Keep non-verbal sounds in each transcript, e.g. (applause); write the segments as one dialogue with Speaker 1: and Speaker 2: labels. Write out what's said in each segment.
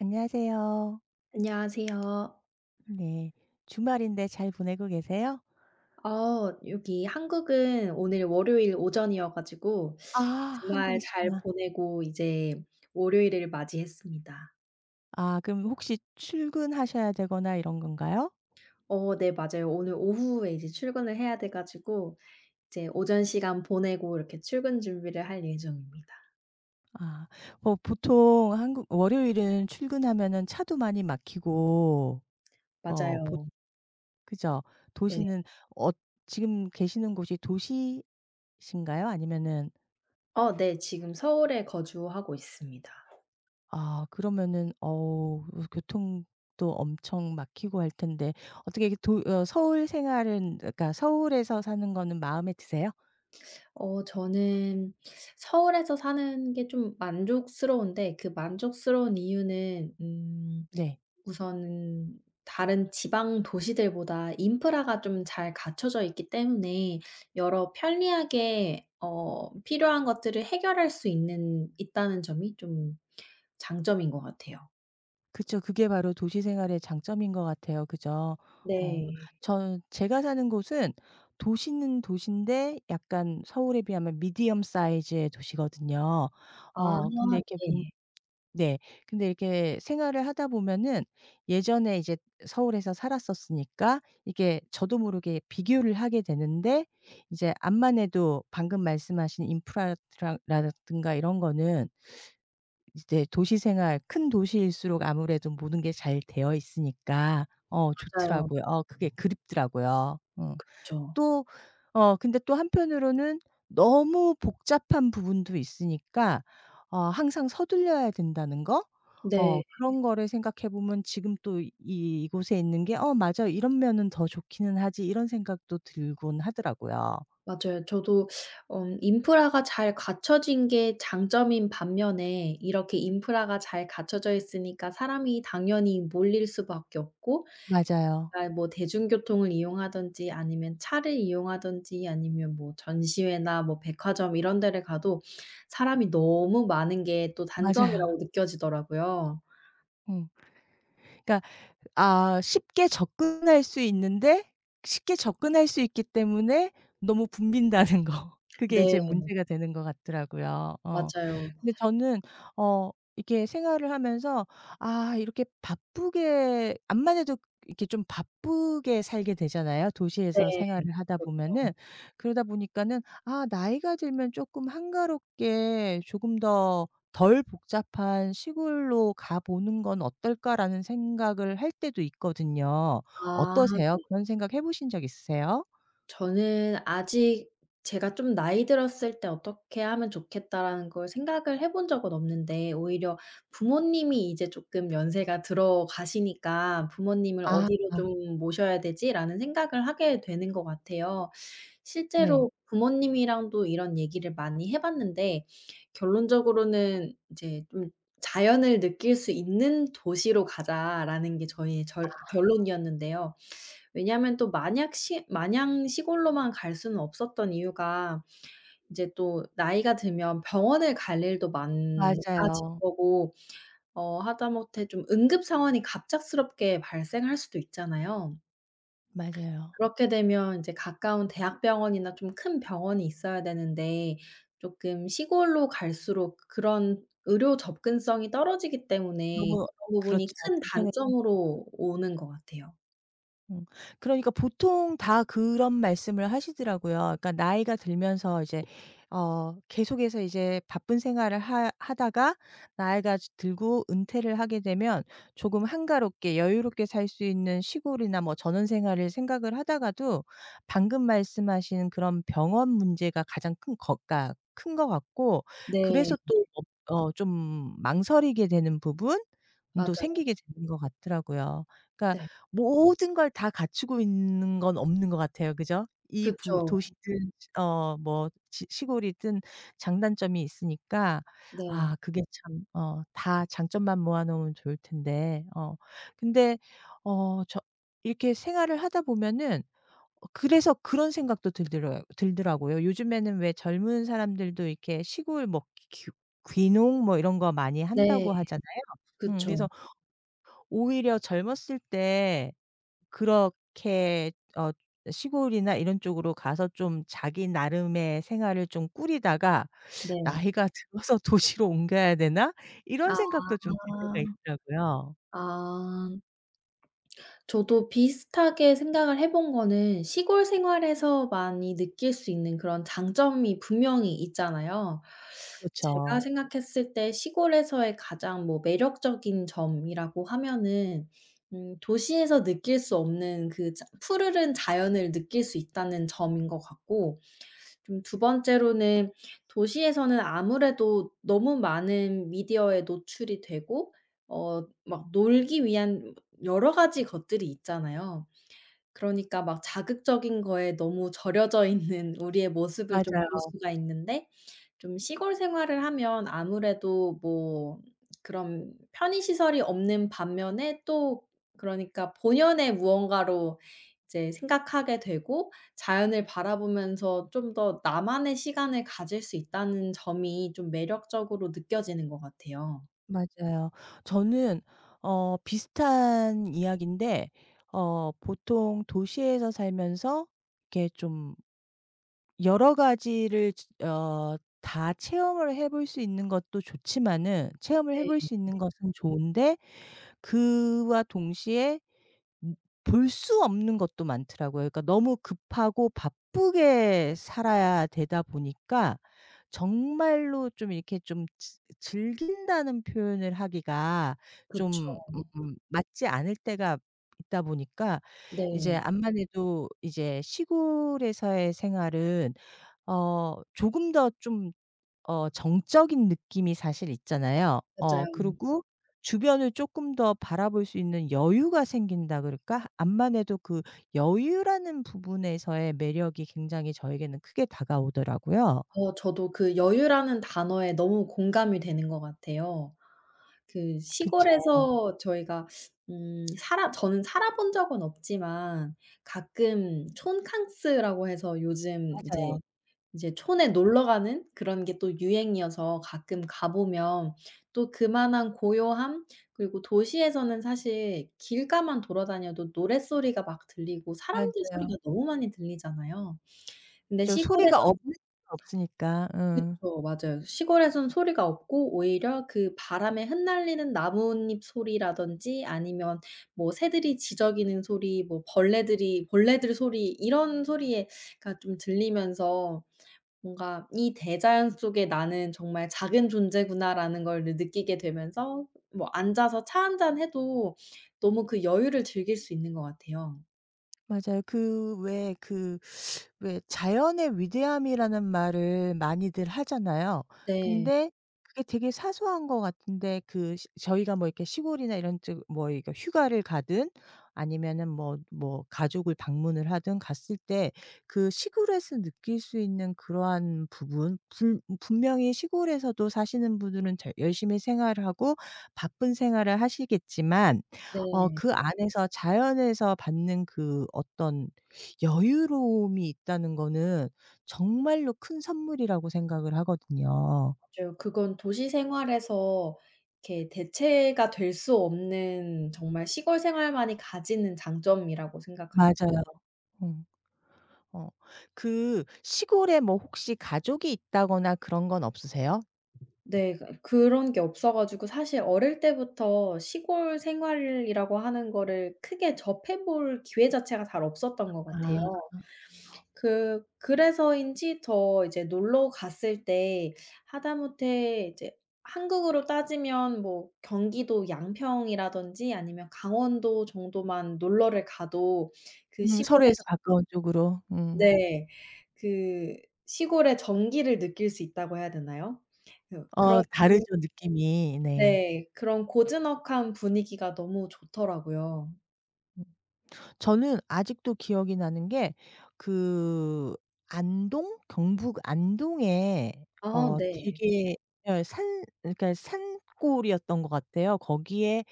Speaker 1: 안녕하세요.
Speaker 2: 안녕하세요.
Speaker 1: 네. 주말인데 잘 보내고 계세요?
Speaker 2: 여기 한국은 오늘 월요일 오전이어 가지고
Speaker 1: 아,
Speaker 2: 주말 잘
Speaker 1: 한국이시구나.
Speaker 2: 보내고 이제 월요일을 맞이했습니다.
Speaker 1: 아, 그럼 혹시 출근하셔야 되거나 이런 건가요?
Speaker 2: 네, 맞아요. 오늘 오후에 이제 출근을 해야 돼 가지고 이제 오전 시간 보내고 이렇게 출근 준비를 할 예정입니다.
Speaker 1: 아. 뭐 보통 한국 월요일은 출근하면은 차도 많이 막히고 어 보
Speaker 2: 맞아요.
Speaker 1: 그죠?
Speaker 2: 네.
Speaker 1: 도시는 어 지금 계시는 곳이 도시신가요? 아니면은
Speaker 2: 네. 지금 서울에 거주하고 있습니다.
Speaker 1: 아, 그러면은 어우, 그 교통도 엄청 막히고 할 텐데 어떻게 이게 도 어 서울 생활은, 그러니까 서울에서 사는 거는 마음에 드세요?
Speaker 2: 저는 서울에서 사는 게 좀 만족스러운데, 그 만족스러운 이유는
Speaker 1: 네.
Speaker 2: 우선 다른 지방 도시들보다 인프라가 좀 잘 갖춰져 있기 때문에 여러 편리하게 필요한 것들을 해결할 수 있는 있다는 점이 좀 장점인 것 같아요.
Speaker 1: 그쵸. 그게 바로 도시 생활의 장점인 것 같아요. 그죠? 어.
Speaker 2: 네.
Speaker 1: 전 제가 사는 곳은, 도시는 도시인데 약간 서울에 비하면 미디엄 사이즈의 도시거든요.
Speaker 2: 아
Speaker 1: 근데 이렇게 보면
Speaker 2: 네.
Speaker 1: 네. 근데 이렇게 생활을 하다 보면은 예전에 이제 서울에서 살았었으니까 이게 저도 모르게 비교를 하게 되는데, 이제 암만 해도 방금 말씀하신 인프라 라든가 이런 거는, 이제 도시 생활 큰 도시일수록 아무래도 모든 게 잘 되어 있으니까
Speaker 2: 맞아요.
Speaker 1: 좋더라고요.
Speaker 2: 그
Speaker 1: 그게 그립더라고요. 어.
Speaker 2: 죠
Speaker 1: 또 근데 또 한편으로는 너무 복잡한 부분도 있으니까 항상 서둘려야 된다는 거,
Speaker 2: 네.
Speaker 1: 그런 거를 생각해 보면 지금 또 이 이곳에 있는 게 '어, 맞아. 이러면은 더 좋기는 하지.' 이런 생각도 들곤 하더라고요.
Speaker 2: 맞아요. 저도 인프라가 잘 갖춰진 게 장점인 반면에, 이렇게 인프라가 잘 갖춰져 있으니까 사람이 당연히 몰릴 수밖에 없고,
Speaker 1: 맞아요.
Speaker 2: 아, 뭐 대중교통을 이용하든지 아니면 차를 이용하든지 아니면 뭐 전시회나 뭐 백화점 이런 데를 가도 사람이 너무 많은 게 또
Speaker 1: 맞아요.
Speaker 2: 단점이라고 느껴지더라고요.
Speaker 1: 음. 그러니까 아, 쉽게 접근할 수 있는데, 쉽게 접근할 수 있기 때문에 너무 붐빈다는 거. (laughs) 그게
Speaker 2: 네,
Speaker 1: 이제 문제가 되는 것 같더라고요. 어.
Speaker 2: 맞아요.
Speaker 1: 근데 저는 어 이렇게 생활을 하면서, 아 이렇게 바쁘게, 암만 해도 이렇게 좀 바쁘게 살게 되잖아요,
Speaker 2: 네.
Speaker 1: 도시에서 생활을 하다
Speaker 2: 그렇죠.
Speaker 1: 보면은. 그러다 보니까는 아 나이가 들면 쪼끔 한가롭게 조금 더 '덜 복잡한 시골로 가 보는 건 어떨까.'라는 생각을 할 때도 있거든요.
Speaker 2: 아
Speaker 1: 어떠세요?
Speaker 2: 네.
Speaker 1: 그런 생각 해 보신 적 있으세요?
Speaker 2: 저는 아직 제가 좀 '나이 들었을 때 어떻게 하면 좋겠다.'라는 걸 생각을 해본 적은 없는데, 오히려 부모님이 이제 조금 연세가 들어가시니까 '부모님을
Speaker 1: 아.
Speaker 2: 어디로 좀 모셔야 되지?'라는 생각을 하게 되는 것 같아요.
Speaker 1: 네.
Speaker 2: 실제로 부모님이랑도 이런 얘기를 많이 해 봤는데 결론적으로는 이제 좀 '자연을 느낄 수 있는 도시로 가자.'라는 게 저희의 절 결론이었는데요. 왜냐하면 또 마냥 시골로만 갈 수는 없었던 이유가, 이제 또 나이가 들면 병원을 갈 일도 많아질
Speaker 1: 맞아요.
Speaker 2: 거고, 하다못해 좀 응급 상황이 갑작스럽게 발생할 수도 있잖아요.
Speaker 1: 맞아요.
Speaker 2: 그렇게 되면 이제 가까운 대학병원이나 좀 큰 병원이 있어야 되는데, 조금 시골로 갈수록 그런 의료 접근성이 떨어지기 때문에
Speaker 1: 너무
Speaker 2: 그런 부분이
Speaker 1: 그렇죠.
Speaker 2: 큰
Speaker 1: 불편해.
Speaker 2: 단점으로 오는 것 같아요.
Speaker 1: 음. 그러니까 보통 다 그런 말씀을 하시더라고요. 그러니까 나이가 들면서 이제 계속해서 이제 바쁜 생활을 하 하다가 들고 은퇴를 하게 되면 조금 한가롭게 여유롭게 살 수 있는 시골이나 뭐 전원 생활을 생각을 하다가도 방금 말씀하신 그런 병원 문제가 가장 큰것그큰것 같고,
Speaker 2: 네.
Speaker 1: 그래서 또 좀 망설이게 되는 부분도
Speaker 2: 맞아요.
Speaker 1: 생기게 되는 것 같더라고요. 그러니까
Speaker 2: 네.
Speaker 1: 모든 걸 다 갖추고 있는 건 없는 것 같아요. 그죠? 이 부
Speaker 2: 그쵸.
Speaker 1: 도시든 어 뭐 시 시골이든 장단점이 있으니까.
Speaker 2: 네.
Speaker 1: 아, 그게 참, 어 다 장점만 모아 놓으면 좋을 텐데. 근데 어 저 이렇게 생활을 하다 보면은 그래서 그런 생각도 들더라고요. 요즘에는 왜 젊은 사람들도 이렇게 시골 뭐 귀 귀농 뭐 이런 거 많이
Speaker 2: 네.
Speaker 1: 한다고 하잖아요. 음,
Speaker 2: 그쵸.
Speaker 1: 그래서 오히려 젊었을 때 그렇게 시골이나 이런 쪽으로 가서 좀 자기 나름의 생활을 좀 꾸리다가
Speaker 2: 네.
Speaker 1: '나이가 (laughs) 들어서 도시로 옮겨야 되나?' 이런
Speaker 2: 아.
Speaker 1: 생각도 좀 들 때가 있더라고요.
Speaker 2: 아. 저도 비슷하게 생각을 해본 거는, 시골 생활에서 많이 느낄 수 있는 그런 장점이 분명히 있잖아요. 제가
Speaker 1: 그렇죠.
Speaker 2: 생각했을 때 시골에서의 가장 뭐 매력적인 점이라고 하면은 도시에서 느낄 수 없는 그 자 푸르른 자연을 느낄 수 있다는 점인 것 같고, 좀 두 번째로는 도시에서는 아무래도 너무 많은 미디어에 노출이 되고 막 놀기 위한 여러 가지 것들이 있잖아요. 그러니까 막 자극적인 거에 너무 절여져 있는 (laughs) 우리의 모습을 좀 볼
Speaker 1: 맞아요.
Speaker 2: 수가 있는데, 좀 시골 생활을 하면 아무래도 뭐 그런 편의 시설이 없는 반면에 또 그러니까 본연의 무언가로 이제 생각하게 되고, 자연을 바라보면서 좀 더 나만의 시간을 가질 수 있다는 점이 좀 매력적으로 느껴지는 것 같아요.
Speaker 1: 맞아요. 저는 비슷한 이야기인데, 보통 도시에서 살면서 이렇게 좀 여러 가지를 즈 어 다 체험을 해볼 수 있는 것도 좋지만은 체험을 해볼
Speaker 2: 네.
Speaker 1: 수 있는 것은 좋은데, 그와 동시에 음 볼 수 없는 것도 많더라고요. 그러니까 너무 급하고 바쁘게 살아야 되다 보니까 정말로 좀 이렇게 즐긴다는 표현을 하기가
Speaker 2: 그쵸.
Speaker 1: 좀맞지 않을 때가 있다 보니까 이제
Speaker 2: 네.
Speaker 1: 암만 해도 이제 시골에서의 생활은 조금 더좀 어 정적인 느낌이 사실 있잖아요. 어 그리고 주변을 쪼끔 더 바라볼 수 있는 여유가 생긴다 그럴까? 암만 해도 그 여유라는 부분에서의 매력이 굉장히 저에게는 크게 다가오더라고요.
Speaker 2: 어 저도 그 여유라는 단어에 너무 공감이 되는 것 같아요. 그
Speaker 1: 그쵸.
Speaker 2: 시골에서 저희가 살아 저는 살아 본 적은 없지만, 가끔 촌캉스라고 해서 요즘
Speaker 1: 맞아요.
Speaker 2: 이제 촌에 놀러 가는 그런 게 또 유행이어서 가끔 가 보면 또 그만한 고요함, 그리고 도시에서는 사실 길가만 돌아다녀도 노랫소리가 막 들리고 사람들 소리가
Speaker 1: 맞아요.
Speaker 2: 너무 많이 들리잖아요. 근데
Speaker 1: 그죠.
Speaker 2: 시골에서,
Speaker 1: 소리가 없는 수는 없으니까. 응.
Speaker 2: 그쵸. 맞아요. 시골에선 소리가 없고 오히려 그 바람에 흩날리는 나뭇잎 소리라든지 아니면 뭐 새들이 지저귀는 소리, 뭐 벌레들 소리 이런 소리에 가 좀 들리면서 뭔가 '이 대자연 속에 나는 정말 작은 존재구나.'라는 걸 느 느끼게 되면서 뭐 앉아서 차 한잔 해도 너무 그 여유를 즐길 수 있는 것 같아요.
Speaker 1: 맞아요. 왜 자연의 위대함이라는 말을 많이들 하잖아요.
Speaker 2: 네.
Speaker 1: 근데 그게 되게 사소한 것 같은데, 그 시 저희가 뭐 이렇게 시골이나 이런 쪽뭐 이거 휴가를 가든 아니면은 뭐 가족을 방문을 하든 갔을 때 그 시골에서 느낄 수 있는 그러한 부분 불 분명히 시골에서도 사시는 분들은 열심히 생활하고 바쁜 생활을 하시겠지만
Speaker 2: 네.
Speaker 1: 그 안에서 자연에서 받는 그 어떤 여유로움이 있다는 거는 정말로 큰 선물이라고 생각을 하거든요.
Speaker 2: 맞아요. 그건 도시 생활에서 이렇게 대체가 될 수 없는 정말 시골 생활만이 가지는 장점이라고 생각합니다.
Speaker 1: 맞아요. 음. 어. 그 시골에 뭐 혹시 가족이 있다거나 그런 건 없으세요?
Speaker 2: 네. 그런 게 없어 가지고 사실 어릴 때부터 시골 생활이라고 하는 거를 크게 접해 볼 기회 자체가 잘 없었던 것
Speaker 1: 아.
Speaker 2: 같아요. 그래서인지 더 이제 놀러 갔을 때 하다못해 이제 한국으로 따지면 뭐 경기도 양평이라든지 아니면 강원도 정도만 놀러를 가도 그
Speaker 1: 음,
Speaker 2: 시골의
Speaker 1: 서해에서 가까운 쪽으로. 음.
Speaker 2: 네. 그 시골의 정기를 느낄 수 있다고 해야 되나요? 그런
Speaker 1: 어, 다르죠, 느낌이. 네.
Speaker 2: 네. 그런 고즈넉한 분위기가 너무 좋더라고요.
Speaker 1: 저는 아직도 기억이 나는 게, 그 안동, 경북 안동에
Speaker 2: 아 네.
Speaker 1: 되게 예 산 그러니까 산골이었던 것 같아요. 거기에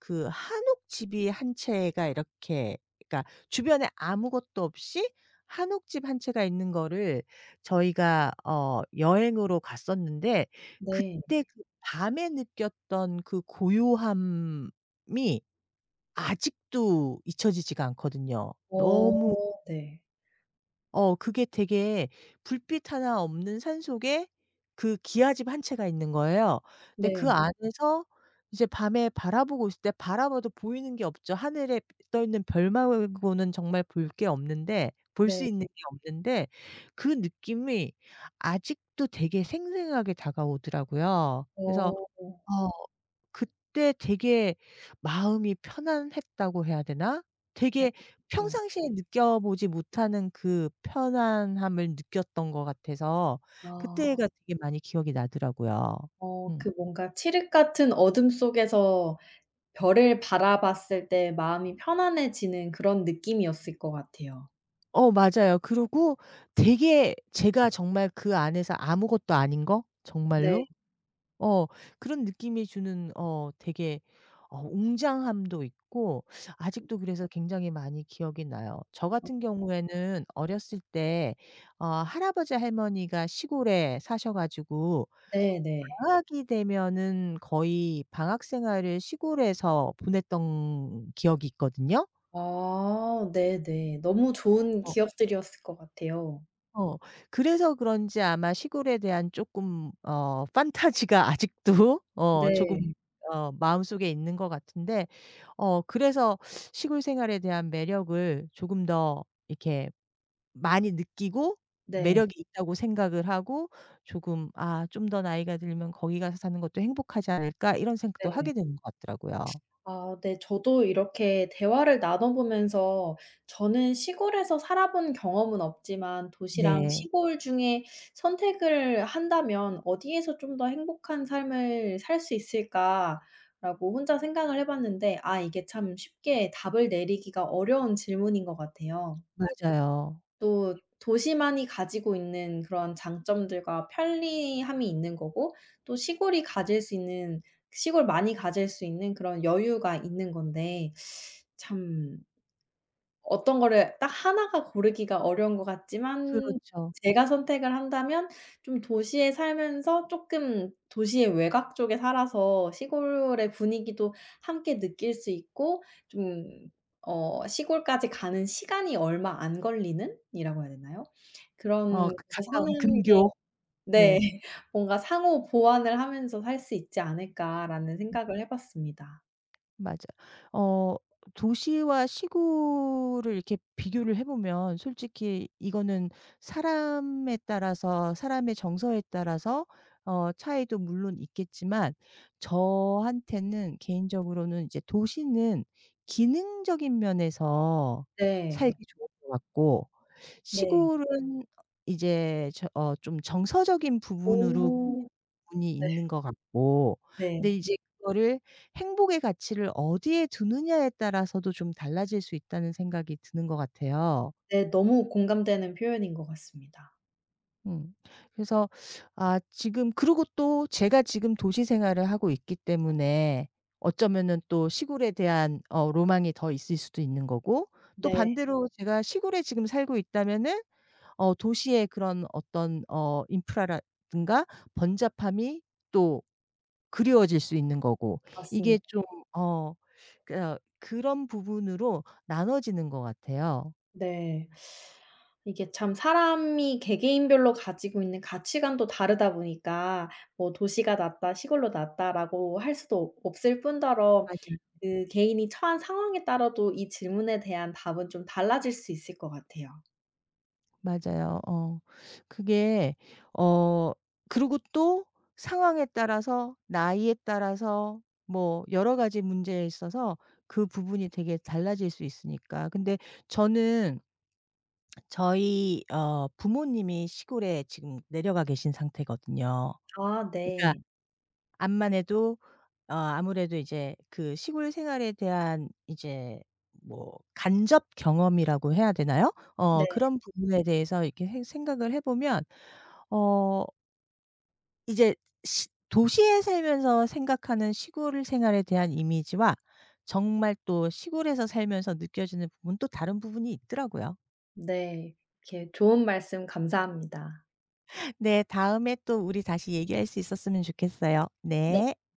Speaker 1: 그 한옥집이 한 채가 이렇게, 그러니까 주변에 아무것도 없이 한옥집 한 채가 있는 거를 저희가 여행으로 갔었는데,
Speaker 2: 네.
Speaker 1: 그때 그 밤에 느꼈던 그 고요함이 아직도 잊혀지지가 않거든요. 너무.
Speaker 2: 어 네.
Speaker 1: 그게 되게, 불빛 하나 없는 산속에 그 기아집 한 채가 있는 거예요. 근데 그 네,
Speaker 2: 네.
Speaker 1: 안에서 이제 밤에 바라보고 있을 때, 바라봐도 보이는 게 없죠. 하늘에 떠 있는 별 말고는 정말 볼 게 없는데 볼 수
Speaker 2: 네.
Speaker 1: 있는 게 없는데, 그 느낌이 아직도 되게 생생하게 다가오더라고요. 그래서
Speaker 2: 어.
Speaker 1: 어 그때 되게 마음이 편안했다고 해야 되나?
Speaker 2: 어
Speaker 1: 되게
Speaker 2: 그쵸.
Speaker 1: 평상시에 느껴보지 못하는 그 편안함을 느꼈던 것 같아서
Speaker 2: 아
Speaker 1: 그때가 되게 많이 기억이 나더라고요.
Speaker 2: 어
Speaker 1: 음.
Speaker 2: 그 뭔가 칠흑 같은 어둠 속에서 별을 바라봤을 때 마음이 편안해지는 그런 느낌이었을 것 같아요.
Speaker 1: 어, 맞아요. 그리고 되게 제가 정말 그 안에서 아무것도 아닌 거,
Speaker 2: 네.
Speaker 1: 정말로 어 그런 느낌이 주는 되게 웅장함도 있고, 아직도 그래서 굉장히 많이 기억이 나요. 저
Speaker 2: 어
Speaker 1: 같은 경우에는 어렸을 때 할아버지 할머니가 시골에 사셔 가지고
Speaker 2: 네네.
Speaker 1: 방학이 되면은 거의 방학 생활을 시골에서 보냈던 기억이 있거든요.
Speaker 2: 아 네네. 너무 좋은
Speaker 1: 어.
Speaker 2: 기억들이었을 것 같아요.
Speaker 1: 어. 그래서 그런지 아마 시골에 대한 쪼끔 판타지가 (laughs) 아직도
Speaker 2: 네.
Speaker 1: 조금 마음속에 있는 것 같은데, 그래서 시골 생활에 대한 매력을 조금 더 이렇게 많이 느끼고
Speaker 2: 네.
Speaker 1: 매력이 있다고 생각을 하고, 조금 '아, 좀 더 나이가 들면 거기 가서 사는 것도 행복하지 않을까?' 이런 생각도
Speaker 2: 네.
Speaker 1: 하게 되는 것 같더라고요.
Speaker 2: 아 네. 저도 이렇게 대화를 나눠 보면서 저는 시골에서 살아본 경험은 없지만 도시랑
Speaker 1: 네.
Speaker 2: 시골 중에 선택을 한다면 '어디에서 좀 더 행복한 삶을 살 수 있을까?'라고 혼자 생각을 해 봤는데, 아 이게 참 쉽게 답을 내리기가 어려운 질문인 것 같아요.
Speaker 1: 맞아요.
Speaker 2: 또 도시만이 가지고 있는 그런 장점들과 편리함이 있는 거고, 또 시골이 가질 수 있는 시골만이 가질 수 있는 그런 여유가 있는 건데, 참 어떤 거를 딱 하나가 고르기가 어려운 것 같지만
Speaker 1: 그렇죠.
Speaker 2: 제가 선택을 한다면 좀 도시에 살면서 쪼끔 도시의 외곽 쪽에 살아서 시골의 분위기도 함께 느낄 수 있고, 좀 시골까지 가는 시간이 얼마 안 걸리는 이라고 해야 되나요?
Speaker 1: 어,
Speaker 2: 그런
Speaker 1: 그
Speaker 2: 곳에
Speaker 1: 가까운
Speaker 2: 사는 게
Speaker 1: 근교.
Speaker 2: 네.
Speaker 1: 네.
Speaker 2: (laughs) 뭔가 '상호 보완을 하면서 살 수 있지 않을까.'라는 생각을 해 봤습니다.
Speaker 1: 맞아요. 어, 도시와 시골을 이렇게 비교를 해 보면 솔직히 이거는 사람에 따라서, 사람의 정서에 따라서 차이도 물론 있겠지만 저한테는 개인적으로는 이제 도시는 기능적인 면에서 살기
Speaker 2: 네.
Speaker 1: 좋은 것 같고,
Speaker 2: 네.
Speaker 1: 시골은 이제 좀 정서적인 부분으로 끊이는
Speaker 2: 오.
Speaker 1: 부분이
Speaker 2: 네.
Speaker 1: 있는 것 같고, 근데
Speaker 2: 네.
Speaker 1: 이제 그거를, 행복의 가치를 어디에 두느냐에 따라서도 좀 달라질 수 있다는 생각이 드는 것 같아요.
Speaker 2: 네. 너무 공감되는 표현인 것 같습니다.
Speaker 1: 음. 그래서 아, 지금, 그리고 또 제가 지금 도시 생활을 하고 있기 때문에 어쩌면은 또 시골에 대한 로망이 더 있을 수도 있는 거고, 또
Speaker 2: 네.
Speaker 1: 반대로 제가 시골에 지금 살고 있다면은 도시의 그런 어떤 인프라라든가 번잡함이 또 그리워질 수 있는 거고. 이게
Speaker 2: 맞습니다.
Speaker 1: 좀 어 그런 부분으로 나눠지는 것 같아요.
Speaker 2: 네. 이게 참 사람이 개개인별로 가지고 있는 가치관도 다르다 보니까 뭐 '도시가 낫다. 시골로 낫다.'라고 할 수도 없을 뿐더러
Speaker 1: 맞아요.
Speaker 2: 그 개인이 처한 상황에 따라도 이 질문에 대한 답은 좀 달라질 수 있을 것 같아요.
Speaker 1: 맞아요. 어. 그게 어 그리고 또 상황에 따라서, 나이에 따라서 뭐 여러 가지 문제에 있어서 그 부분이 되게 달라질 수 있으니까. 근데 저는 저희 부모님이 시골에 지금 내려가 계신 상태거든요.
Speaker 2: 아
Speaker 1: 그러니까
Speaker 2: 네.
Speaker 1: 암만 해도 아무래도 이제 그 시골 생활에 대한 이제 뭐 간접 경험이라고 해야 되나요? 어
Speaker 2: 네.
Speaker 1: 그런 부분에 대해서 이렇게 해 생각을 해 보면 어 이제 시 도시에 살면서 생각하는 시골 생활에 대한 이미지와 정말 또 시골에서 살면서 느껴지는 부분 또 다른 부분이 있더라고요.
Speaker 2: 네. 이렇게 좋은 말씀 감사합니다.
Speaker 1: 네. 다음에 또 우리 다시 얘기할 수 있었으면 좋겠어요.
Speaker 2: 네.
Speaker 1: 네.